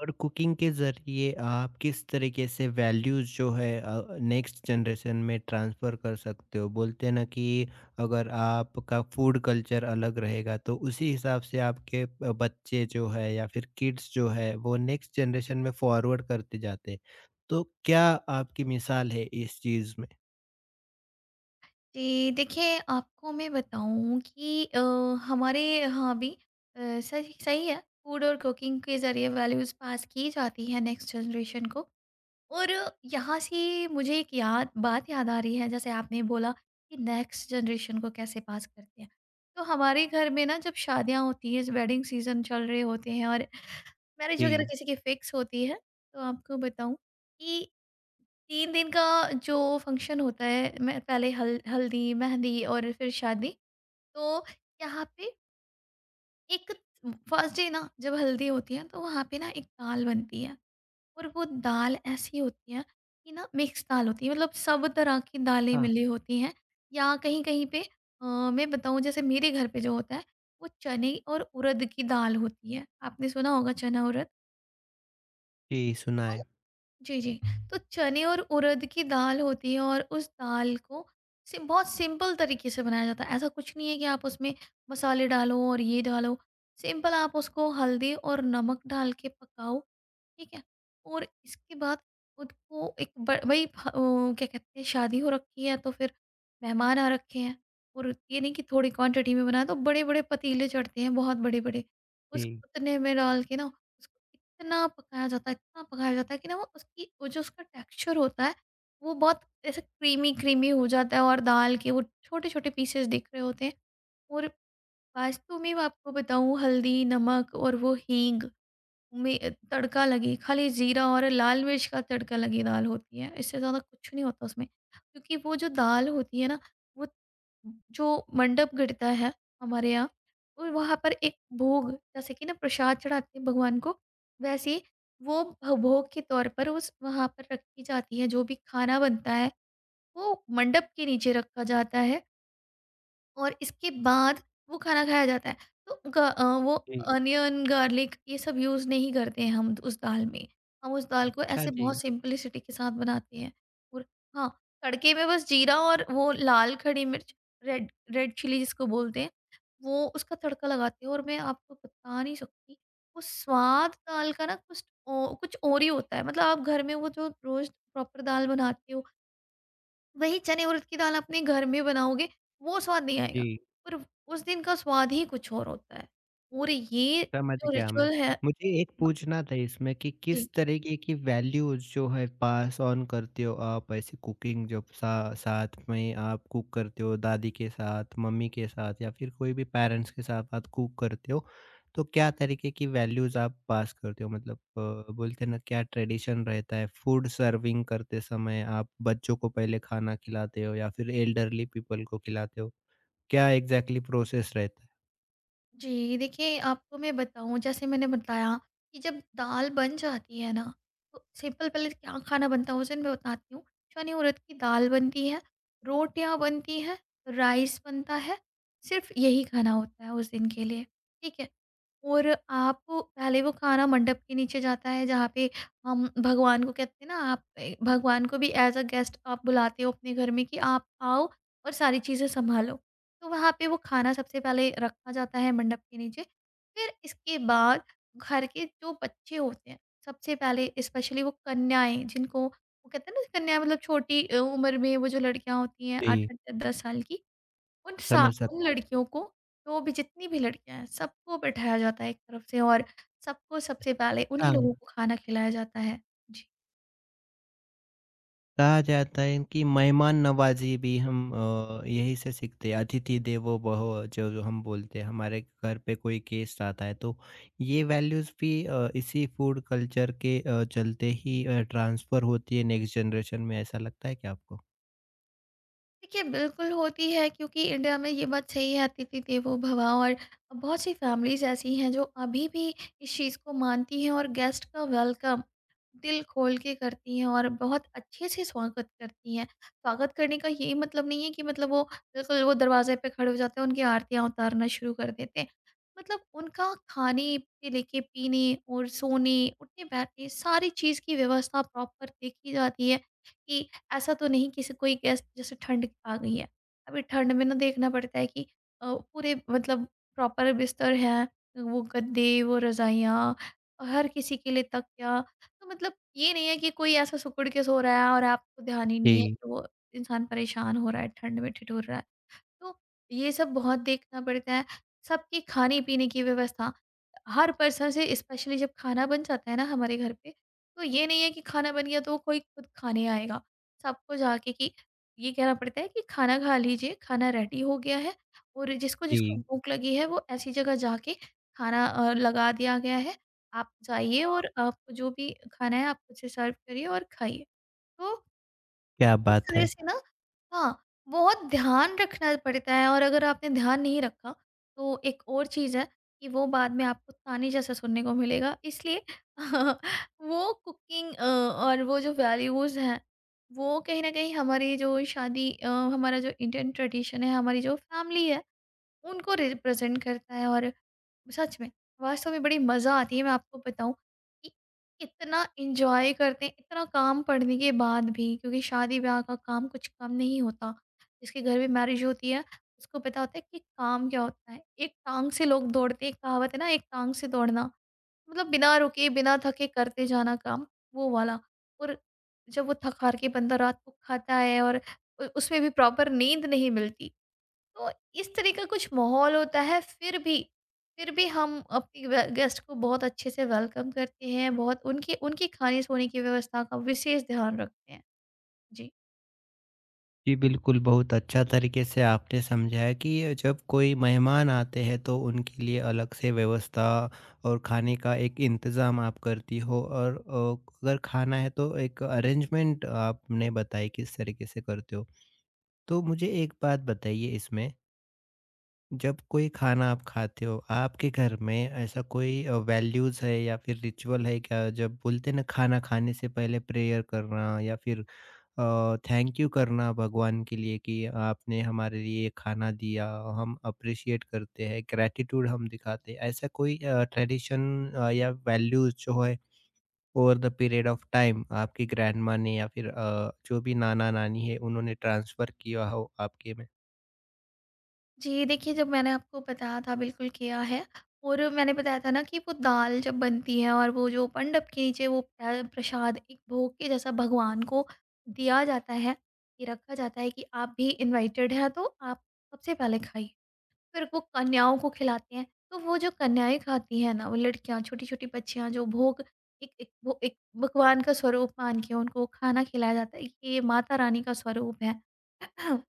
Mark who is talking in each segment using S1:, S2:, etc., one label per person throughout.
S1: और कुकिंग के ज़रिए आप किस तरीके से वैल्यूज़ जो है नेक्स्ट जनरेशन में ट्रांसफ़र कर सकते हो? बोलते हैं ना कि अगर आपका फूड कल्चर अलग रहेगा तो उसी हिसाब से आपके बच्चे जो है या फिर किड्स जो है वो नेक्स्ट जनरेशन में फॉरवर्ड करते जाते हैं। तो क्या आपकी मिसाल है इस चीज़ में?
S2: जी, देखिए आपको मैं बताऊँ कि हमारे यहाँ भी सही सही है। फूड और कुकिंग के ज़रिए वैल्यूज़ पास की जाती है नेक्स्ट जनरेशन को। और यहाँ से मुझे एक याद बात याद आ रही है जैसे आपने बोला कि नेक्स्ट जनरेशन को कैसे पास करते हैं। तो हमारे घर में ना जब शादियाँ होती हैं, वेडिंग सीज़न चल रहे होते हैं और मैरिज
S1: जी।
S2: वगैरह किसी की फिक्स होती है, तो आपको बताऊँ कि तीन दिन का जो फंक्शन होता है मैं पहले हल हल्दी, मेहंदी और फिर शादी। तो यहाँ पे एक फर्स्ट डे ना जब हल्दी होती है तो वहाँ पे ना एक दाल बनती है और वो दाल ऐसी होती है कि ना मिक्स दाल होती है मतलब सब तरह की दालें
S1: हाँ,
S2: मिली होती हैं। या कहीं-कहीं पे मैं बताऊँ जैसे मेरे घर पे जो होता है वो चने और उड़द की दाल होती है। आपने सुना होगा चना-उड़द?
S1: जी सुना है।
S2: जी, जी। तो चने और उड़द की दाल होती है और उस दाल को सिम बहुत सिंपल तरीके से बनाया जाता है। ऐसा कुछ नहीं है कि आप उसमें मसाले डालो और ये डालो। सिंपल आप उसको हल्दी और नमक डाल के पकाओ। ठीक है? और इसके बाद खुद को एक ब भई फ ओ क्या कहते हैं शादी हो रखी है तो फिर मेहमान आ रखे हैं और ये नहीं कि थोड़ी क्वांटिटी में बनाया, तो बड़े-बड़े पतीले चढ़ते हैं बहुत बड़े-बड़े। उस
S1: जी,
S2: उतने में डाल के ना उसको इतना पकाया जाता है, इतना पकाया जाता है कि ना वो उसकी वो जो उसका टेक्सचर होता है वो बहुत ऐसे क्रीमी-क्रीमी हो जाता है और दाल के वो छोटे-छोटे पीसेस दिख रहे होते हैं। और वास्तव में मैं आपको बताऊँ हल्दी, नमक और वो हींग में तड़का लगे, खाली जीरा और लाल मिर्च का तड़का लगी दाल होती है, इससे ज़्यादा कुछ नहीं होता उसमें, क्योंकि वो जो दाल होती है ना वो जो मंडप गिरता है हमारे यहाँ और वहाँ पर एक भोग जैसे कि ना प्रसाद चढ़ाते हैं भगवान को, वैसे ही वो भोग के तौर पर उस वहाँ पर रखी जाती है। जो भी खाना बनता है वो मंडप के नीचे रखा जाता है और इसके बाद वो खाना खाया जाता है। तो वो
S1: जी।
S2: अनियन, गार्लिक ये सब यूज़ नहीं करते हैं हम उस दाल में। हम उस दाल को
S1: अच्छा
S2: ऐसे
S1: जी,
S2: बहुत सिंपलिसिटी के साथ बनाते हैं। और हाँ, तड़के में बस जीरा और वो लाल खड़ी मिर्च, रेड रेड चिली जिसको बोलते हैं, वो उसका तड़का लगाते हैं और मैं आपको बता नहीं सकती, वो स्वाद दाल का ना कुछ और ही होता है। मतलब आप घर में वो जो रोज़ प्रॉपर दाल बनाते हो, वही चने उड़द की दाल अपने घर में बनाओगे, वो स्वाद नहीं आएगा।
S1: जी।
S2: पर उस दिन का स्वाद ही कुछ और होता है और ये
S1: समझ
S2: जो
S1: गया मैं।
S2: रिचुअल है।
S1: मुझे एक
S2: म-
S1: पूछना था इसमें कि किस
S2: जी,
S1: तरीके की वैल्यूज़ जो है पास ऑन करते हो आप ऐसे कुकिंग जब सा साथ में आप कुक करते हो दादी के साथ, मम्मी के साथ या फिर कोई भी पेरेंट्स के साथ आप कुक करते हो, तो क्या तरीके की वैल्यूज़ आप पास करते हो? मतलब बोलते हैं ना क्या ट्रेडिशन रहता है फूड सर्विंग करते समय आप बच्चों को पहले खाना खिलाते हो या फिर एल्डरली पीपल को खिलाते हो? क्या एग्ज़ैक्टली प्रोसेस रहता है?
S2: जी, देखिए आपको मैं बताऊं जैसे मैंने बताया कि जब दाल बन जाती है ना तो सिंपल पहले क्या खाना बनता है उस दिन मैं बताती हूँ। चने उड़द की दाल बनती है, रोटियां बनती है, राइस बनता है, सिर्फ यही खाना होता है उस दिन के लिए। ठीक है? और आप पहले वो खाना मंडप के नीचे जाता है जहाँ पे हम भगवान को कहते हैं ना, आप भगवान को भी एज अ गेस्ट आप बुलाते हो अपने घर में कि आप आओ और सारी चीज़ें संभालो। तो वहाँ पे वो खाना सबसे पहले रखा जाता है मंडप के नीचे। फिर इसके बाद घर के जो बच्चे होते हैं सबसे पहले, स्पेशली वो कन्याएं जिनको वो कहते हैं ना कन्याएं, मतलब छोटी उम्र में वो जो लड़कियां होती हैं, आठ
S1: जी,
S2: आठ दस साल की, उन सा
S1: समझ
S2: उन
S1: सकता हूँ।
S2: लड़कियों को, जो भी जितनी भी लड़कियाँ हैं सबको बैठाया जाता है एक तरफ से और सबको सबसे पहले उन्हीं लोगों
S1: अच्छा।
S2: को खाना खिलाया जाता है। जी।
S1: कहा जाता है कि मेहमान नवाजी भी हम यही से सीखते हैं अतिथि देवो भव जो जो हम बोलते हैं हमारे घर पे कोई गेस्ट आता है तो ये वैल्यूज भी इसी फूड कल्चर के चलते ही ट्रांसफर होती है नेक्स्ट जनरेशन में ऐसा लगता है क्या आपको?
S2: देखिए, बिल्कुल होती है क्योंकि इंडिया में ये बात सही है, अतिथि देवो भव। और बहुत सी फैमिलीज़ ऐसी हैं जो अभी भी इस चीज़ को मानती हैं और गेस्ट का वेलकम दिल खोल के करती हैं और बहुत अच्छे से स्वागत करती हैं। स्वागत करने का ये मतलब नहीं है कि मतलब वो बिल्कुल वो दरवाज़े पे खड़े हो जाते हैं, उनकी आरतियाँ उतारना शुरू कर देते हैं। मतलब उनका खाने से लेके पीने और सोने, उठने-बैठने सारी चीज़ की व्यवस्था प्रॉपर देखी जाती है कि ऐसा तो नहीं कि से कोई गेस्ट, जैसे ठंड आ गई है, अभी ठंड में ना देखना पड़ता है कि पूरे मतलब प्रॉपर बिस्तर है, वो गद्दे, वो रजाइयाँ, हर किसी के लिए तकिया, तो मतलब ये नहीं है कि कोई ऐसा सिकुड़ के सो रहा है और आपको ध्यान ही नहीं है
S1: जी।
S2: कि वो इंसान परेशान हो रहा है, ठंड में ठिठुर रहा है। तो ये सब बहुत देखना पड़ता है। सबकी खाने-पीने की व्यवस्था, हर पर्सन से, स्पेशली जब खाना बन जाता है ना हमारे घर पे, तो ये नहीं है कि खाना बन गया तो कोई खुद खाने आएगा। सबको जाके कि ये कहना पड़ता है कि खाना खा लीजिए, खाना रेडी हो गया है और जिसको-जिसको
S1: जी।
S2: भूख लगी है वो ऐसी जगह जाके खाना लगा दिया गया है। आप जाइए और आपको जो भी खाना है आप खुद से सर्व करिए और खाइए। तो
S1: क्या
S2: इस
S1: बात
S2: तरह
S1: है।
S2: से ना, हाँ, बहुत ध्यान रखना पड़ता है और अगर आपने ध्यान नहीं रखा, तो एक और चीज़ है कि वो बाद में आपको ताने जैसा सुनने को मिलेगा। इसलिए वो कुकिंग और वो जो वैल्यूज़ हैं, वो कहीं न कहीं हमारी जो शादी हमारा जो इंडियन ट्रेडिशन है, हमारी जो फैमिली है, उनको रिप्रेज़ेंट करता है। और सच में, वास्तव में बड़ी मज़ा आती है, मैं आपको बताऊँ कि इतना एन्जॉय करते हैं, इतना काम पड़ने के बाद भी, क्योंकि शादी-ब्याह का काम कुछ कम नहीं होता। जिसके घर में मैरिज होती है, उसको पता होता है कि काम क्या होता है। एक टाँग से लोग दौड़ते हैं, एक कहावत है ना, एक टाँग से दौड़ना, मतलब बिना रुके, बिना थके करते जाना काम, वो वाला। और जब वो थक-हार के बंदा रात को खाता है और उ उसमें भी प्रॉपर नींद नहीं मिलती, तो इस तरह का कुछ माहौल होता है। फिर भी, फिर भी हम अपने गेस्ट को बहुत अच्छे से वेलकम करते हैं, बहुत उनकी उनकी खाने सोने की व्यवस्था का विशेष ध्यान रखते हैं। जी,
S1: जी, बिल्कुल, बहुत अच्छा तरीके से आपने समझाया कि ये जब कोई मेहमान आते हैं तो उनके लिए अलग से व्यवस्था और खाने का एक इंतज़ाम आप करती हो और अगर खाना है तो एक अरेंजमेंट आपने बताई किस तरीके से करते हो। तो मुझे एक बात बताइए इसमें, जब कोई खाना आप खाते हो, आपके घर में ऐसा कोई वैल्यूज़ है या फिर रिचुअल है क्या? जब बोलते हैं ना खाना खाने से पहले प्रेयर करना या फिर थैंक यू करना भगवान के लिए कि आपने हमारे लिए खाना दिया, हम अप्रिशिएट करते हैं, ग्रैटिट्यूड हम दिखाते हैं, ऐसा कोई ट्रेडिशन या वैल्यूज जो है over the period of time आपकी ग्रैंड माँ ने या फिर जो भी नाना नानी है उन्होंने ट्रांसफर किया हो आपके में?
S2: जी, देखिए जब मैंने आपको बताया था, बिल्कुल किया है। और मैंने बताया था ना कि वो दाल जब बनती है और वो जो मंडप के नीचे वो प्रसाद एक भोग के जैसा भगवान को दिया जाता है, ये रखा जाता है कि आप भी इनवाइटेड हैं, तो आप सबसे पहले खाइए, फिर वो कन्याओं को खिलाते हैं। तो वो जो कन्याएँ खाती हैं ना, वो लड़कियाँ, छोटी-छोटी बच्चियाँ जो भोग, एक एक वो एक भगवान का स्वरूप मान के उनको खाना खिलाया जाता है, कि ये माता रानी का स्वरूप है।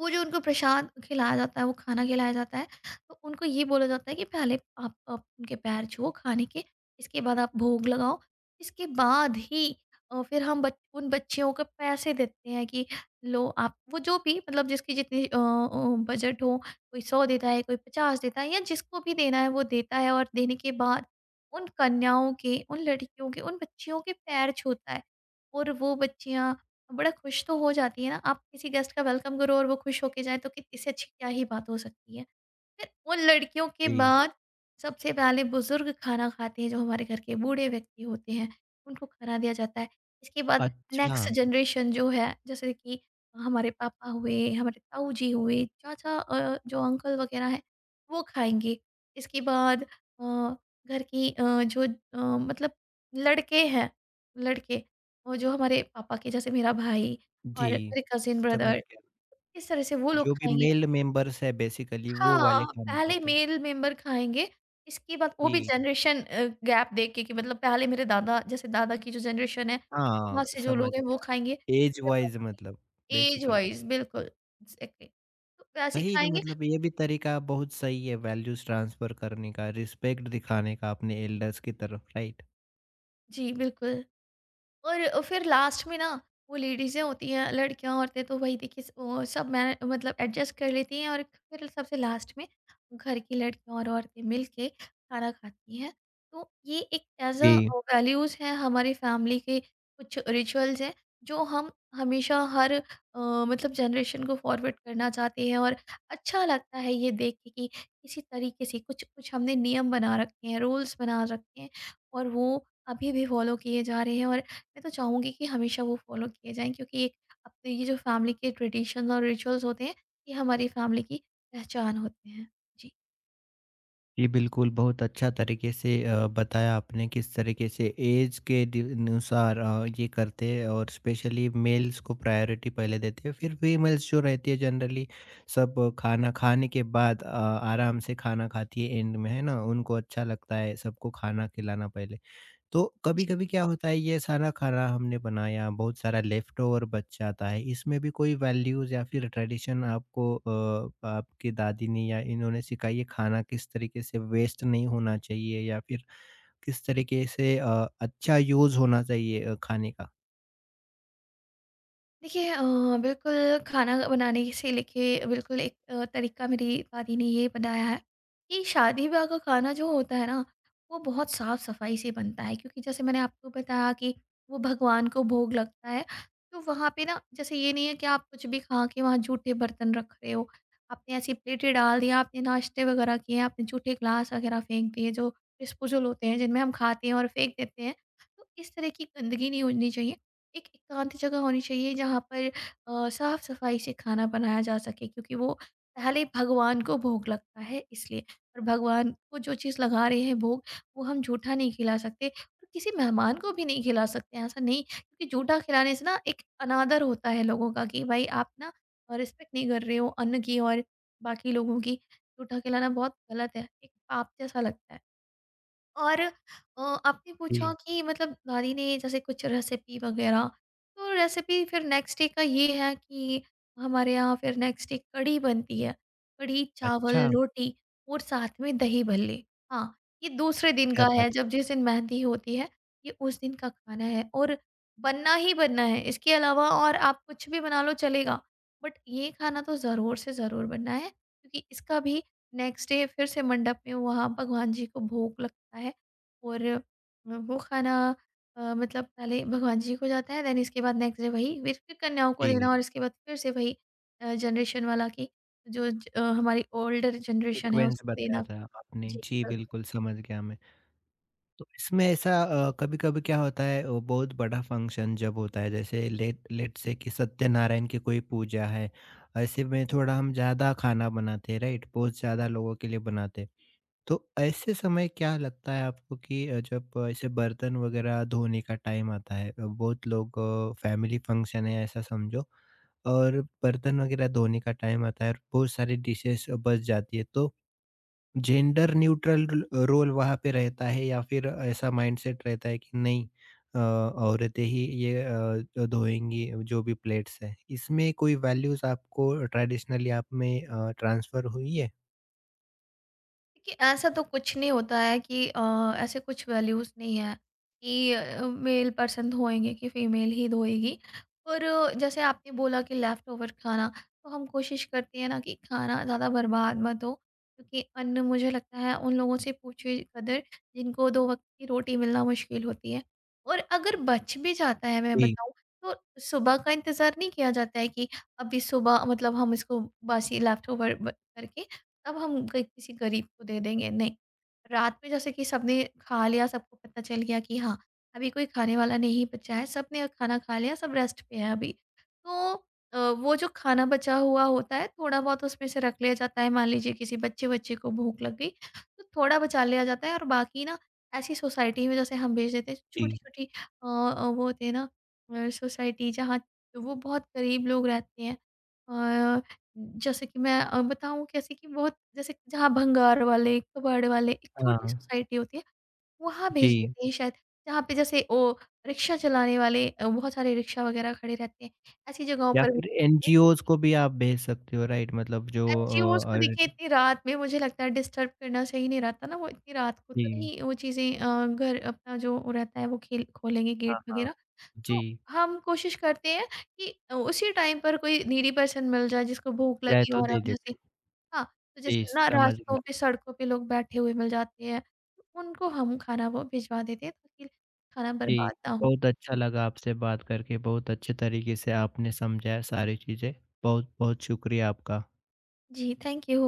S2: वो जो उनको प्रसाद खिलाया जाता है, वो खाना खिलाया जाता है, तो उनको ये बोला जाता है कि पहले आप उनके पैर छुओ खाने के, इसके बाद आप भोग लगाओ। इसके बाद ही फिर हम बच उन बच्चियों को पैसे देते हैं कि लो आप, वो जो भी मतलब जिसकी जितनी बजट हो, कोई 100 देता है, कोई 50 देता है या जिसको भी देना है वो देता है और देने के बाद उन कन्याओं के, उन लड़कियों के, उन बच्चियों के पैर छूता है। और वो बच्चियाँ बड़ा खुश तो हो जाती है ना, आप किसी गेस्ट का वेलकम करो और वो खुश होके जाए तो कित इससे अच्छी क्या ही बात हो सकती है। फिर उन लड़कियों के
S1: जी।
S2: बाद सबसे पहले बुजुर्ग खाना खाते हैं, जो हमारे घर के बूढ़े व्यक्ति होते हैं, उनको खाना दिया जाता है। इसके बाद
S1: अच्छा।
S2: नेक्स्ट जनरेशन जो है, जैसे कि हमारे पापा हुए, हमारे ताऊ जी हुए, चाचा जो अंकल वगैरह हैं, वो खाएंगे। इसके बाद घर की मतलब लड़के हैं, लड़के और जो हमारे पापा के, जैसे मेरा भाई और
S1: जी,
S2: मेरे कजिन
S1: समझ
S2: ब्रदर,
S1: गया।
S2: इस तरह से वो लोग
S1: जो भी
S2: खाएंगे।
S1: मेल मेंबर्स है बेसिकली वो वाले
S2: हाँ,
S1: खाने
S2: पहले
S1: खाते हैं।
S2: मेल मेंबर खाएँगे, इसके बाद वो भी
S1: जी।
S2: जनरेशन गैप देख के कि मतलब पहले मेरे दादा, जैसे दादा की जो जनरेशन है, वहाँ
S1: हाँ,
S2: से जो
S1: समझ
S2: लोग हैं वो
S1: गया।
S2: खाएँगे, फिर
S1: एज
S2: मेरे
S1: वाइज
S2: पापा
S1: मतलब
S2: की। Age
S1: basically.
S2: वाइज़ बिल्कुल, एग्ज़ैक्टली। तो वैसे ही
S1: सही, तो
S2: खाएँगे।
S1: मतलब ये भी तरीका बहुत सही है वैल्यूज ट्रांसफर करने का, रिस्पेक्ट दिखाने का अपने एल्डर्स की तरफ, राइट?
S2: जी, बिल्कुल। और फिर लास्ट में ना, वो लेडीज़ें होती हैं, लड़कियां, औरतें, तो वही देखिए वो सब मैं मतलब एडजस्ट कर लेती हैं और फिर सबसे लास्ट में घर की लड़कियां और औरतें मिलके खाना खाती हैं। तो ये एक एज अ
S1: जी।
S2: वैल्यूज़ है, हमारी फैमिली के कुछ रिचुअल्स हैं जो हम हमेशा हर मतलब जनरेशन को फॉरवर्ड करना चाहते हैं। और अच्छा लगता है ये देख के कि किसी तरीके से कुछ कुछ हमने नियम बना रखे हैं, रूल्स बना रखे हैं और वो अभी भी फॉलो किए जा रहे हैं। और मैं तो चाहूँगी कि हमेशा वो फॉलो किए जाएँ क्योंकि एक अपने ये जो फैमिली के ट्रेडिशन और रिचुअल्स होते हैं, ये हमारी फैमिली की पहचान होते हैं। जी।
S1: जी, बिल्कुल बहुत अच्छा तरीके से बताया आपने किस तरीके से ऐज के दि अनुसार ये करते हैं और स्पेशली मेल्स को प्रायोरिटी पहले देते हैं। फिर फीमेल्स जो रहती है जनरली सब खाना खाने के बाद आराम से खाना खाती है एंड में, है ना? उनको अच्छा लगता है सबको खाना खिलाना पहले। तो
S2: जी
S1: कभी-कभी क्या होता है ये सारा खाना हमने बनाया, बहुत सारा लेफ्ट ओवर बच जाता है, इसमें भी कोई वैल्यूज़ या फिर ट्रेडिशन आपको आपकी दादी ने या इन्होंने सिखाई है खाना किस तरीके से वेस्ट नहीं होना चाहिए या फिर किस तरीके से अच्छा यूज़ होना चाहिए खाने का?
S2: देखिए, बिल्कुल खाना बनाने से लेके बिल्कुल एक तरीका मेरी दादी ने ये बनाया है कि शादी ब्याह का खाना जो होता है ना, वो बहुत साफ सफाई से बनता है क्योंकि जैसे मैंने आपको बताया कि वो भगवान को भोग लगता है। तो वहाँ पे ना जैसे ये नहीं है कि आप कुछ भी खा के वहाँ जूठे बर्तन रख रहे हो। आपने ऐसी प्लेटें डाल दिया, आपने नाश्ते वगैरह किए, आपने जूठे ग्लास वगैरह फेंक दिए जो डिस्पोजल होते हैं जिनमें हम खाते हैं और फेंक देते हैं। तो इस तरह की गंदगी नहीं होनी चाहिए। एक एकांत जगह होनी चाहिए जहाँ पर साफ-सफाई से खाना बनाया जा सके क्योंकि वो पहले भगवान को भोग लगता है इसलिए। और भगवान को जो चीज़ लगा रहे हैं भोग, वो हम जूठा नहीं खिला सकते और किसी मेहमान को भी नहीं खिला सकते हैं, ऐसा नहीं। क्योंकि जूठा खिलाने से ना एक अनादर होता है लोगों का कि भाई आप ना रिस्पेक्ट नहीं कर रहे हो अन्न की और बाकी लोगों की। जूठा खिलाना बहुत गलत है, एक पाप जैसा लगता है। और आपने पूछा
S1: जी,
S2: कि मतलब दादी ने जैसे कुछ रेसिपी वगैरह। तो रेसिपी फिर नेक्स्ट डे का ये है कि हमारे यहाँ फिर नेक्स्ट डे कढ़ी बनती है। कढ़ी चावल
S1: अच्छा!
S2: रोटी और साथ में दही भल्ले। हाँ, ये दूसरे दिन
S1: क्या
S2: का है
S1: बात है।
S2: जब, जिस दिन मेहंदी होती है। ये उस दिन का खाना है। और बनना ही बनना है। इसके अलावा और आप कुछ भी बना लो चलेगा, बट ये खाना तो ज़रूर से ज़रूर बनना है क्योंकि इसका भी नेक्स्ट डे फिर से मंडप में वहाँ भगवान जी को भोग लगता है। और वो खाना, मतलब पहले भगवान जी को जाता है, देन इसके बाद नेक्स्ट डे वही फिर कन्याओं को
S1: जी।
S2: देना, और इसके बाद फिर से वही जनरेशन वाला की, जो हमारी ओल्डर जनरेशन है
S1: सीक्वेंस
S2: उसको
S1: बताया
S2: देना।
S1: था आपने।
S2: जी
S1: जी,
S2: बिल्कुल।
S1: बिल्कुल समझ गया मैं। तो इसमें ऐसा कभी कभी क्या होता है बहुत बड़ा फंक्शन जब होता है जैसे लेट लेट से कि सत्यनारायण की कोई पूजा है, ऐसे में थोड़ा हम ज्यादा खाना बनाते हैं राइट बहुत ज्यादा लोगों के लिए बनाते हैं, तो ऐसे समय क्या लगता है आपको कि जब ऐसे बर्तन वगैरह धोने का टाइम आता है बहुत लोग फैमिली फंक्शन है ऐसा समझो, और बर्तन वगैरह धोने का टाइम आता है और बहुत सारी डिशेस बच जाती है तो जेंडर न्यूट्रल र रोल वहाँ पे रहता है या फिर ऐसा माइंडसेट रहता है कि नहीं औरतें ही ये धोएँगी जो भी प्लेट्स हैं। इसमें कोई वैल्यूज़ आपको ट्रेडिशनली आप में ट्रांसफ़र हुई है?
S2: देखिए ऐसा तो कुछ नहीं होता है कि ऐसे कुछ वैल्यूज़ नहीं है कि मेल पर्सन धोएँगे कि फीमेल ही धोएगी। और जैसे आपने बोला कि लेफ़्ट ओवर खाना, तो हम कोशिश करते हैं ना कि खाना ज़्यादा बर्बाद मत हो, क्योंकि अन्न मुझे लगता है उन लोगों से पूछे कदर जिनको 2 वक़्त की रोटी मिलना मुश्किल होती है। और अगर बच भी जाता है, मैं
S1: जी,
S2: बताऊँ, तो सुबह का इंतज़ार नहीं किया जाता है कि अभी सुबह मतलब हम इसको बासी लेफ़्ट ओवर ब करके तब हम कोई किसी गरीब को दे देंगे, नहीं। रात में जैसे कि सबने खा लिया, सबको पता चल गया कि हाँ, अभी कोई खाने वाला नहीं बचा है, सबने खाना खा लिया, सब रेस्ट पे है अभी। तो वो जो खाना बचा हुआ होता है, थोड़ा बहुत उसमें से रख लिया जाता है। मान लीजिए किसी बच्चे-वच्चे को भूख लग गई, तो थोड़ा बचा लिया जाता है और बाकी ना ऐसी सोसाइटी में जैसे हम भेज देते हैं,
S1: जी।
S2: छोटी-छोटी वो होती है ना, सोसाइटी जहाँ वो बहुत गरीब लोग रहते हैं। जैसे कि मैं बताऊँ कैसे कि बहुत, जैसे जहाँ भंगार वाले, कबाड़ वाले एक छोटी
S1: हाँ,
S2: सोसाइटी होती है, वहाँ भेज
S1: जी।
S2: देते हैं शायद। जहाँ पे जैसे ओ रिक्शा चलाने वाले बहुत सारे रिक्शा वगैरह खड़े रहते हैं, ऐसी जगहों
S1: या
S2: पर।
S1: फिर
S2: एक
S1: एनजीओज़ को भी आप भेज सकते हो राइट? मतलब जो
S2: एनजीओज़ को देखिए
S1: ऑलरेडी।
S2: इतनी रात में मुझे लगता है डिस्टर्ब करना सही नहीं रहता ना, वो इतनी रात को तो
S1: जी,
S2: नहीं। वो चीज़ें घर अपना जो रहता है वो खेल खोलेंगे
S1: हाँ,
S2: गेट
S1: हाँ।
S2: वगैरह। तो
S1: जी,
S2: हम कोशिश करते हैं कि उसी टाइम पर कोई नीडी पर्सन मिल जाए जिसको भूख
S1: चाहे
S2: लगी हो
S1: तो
S2: और
S1: दे
S2: हम
S1: देते
S2: जैसे,
S1: हैं।
S2: हाँ, तो
S1: जी,
S2: जैसे ना
S1: समझ
S2: रास्तों
S1: गया।
S2: पे, सड़कों पे लोग बैठे हुए मिल जाते हैं, तो उनको हम खाना वो भिजवा देते हैं ताकि खाना
S1: जी,
S2: बर्बाद ना हो।
S1: बहुत अच्छा लगा आपसे बात करके, बहुत अच्छे तरीके से आपने समझाया सारी चीज़ें। बहुत-बहुत शुक्रिया आपका।
S2: जी, थैंक यू।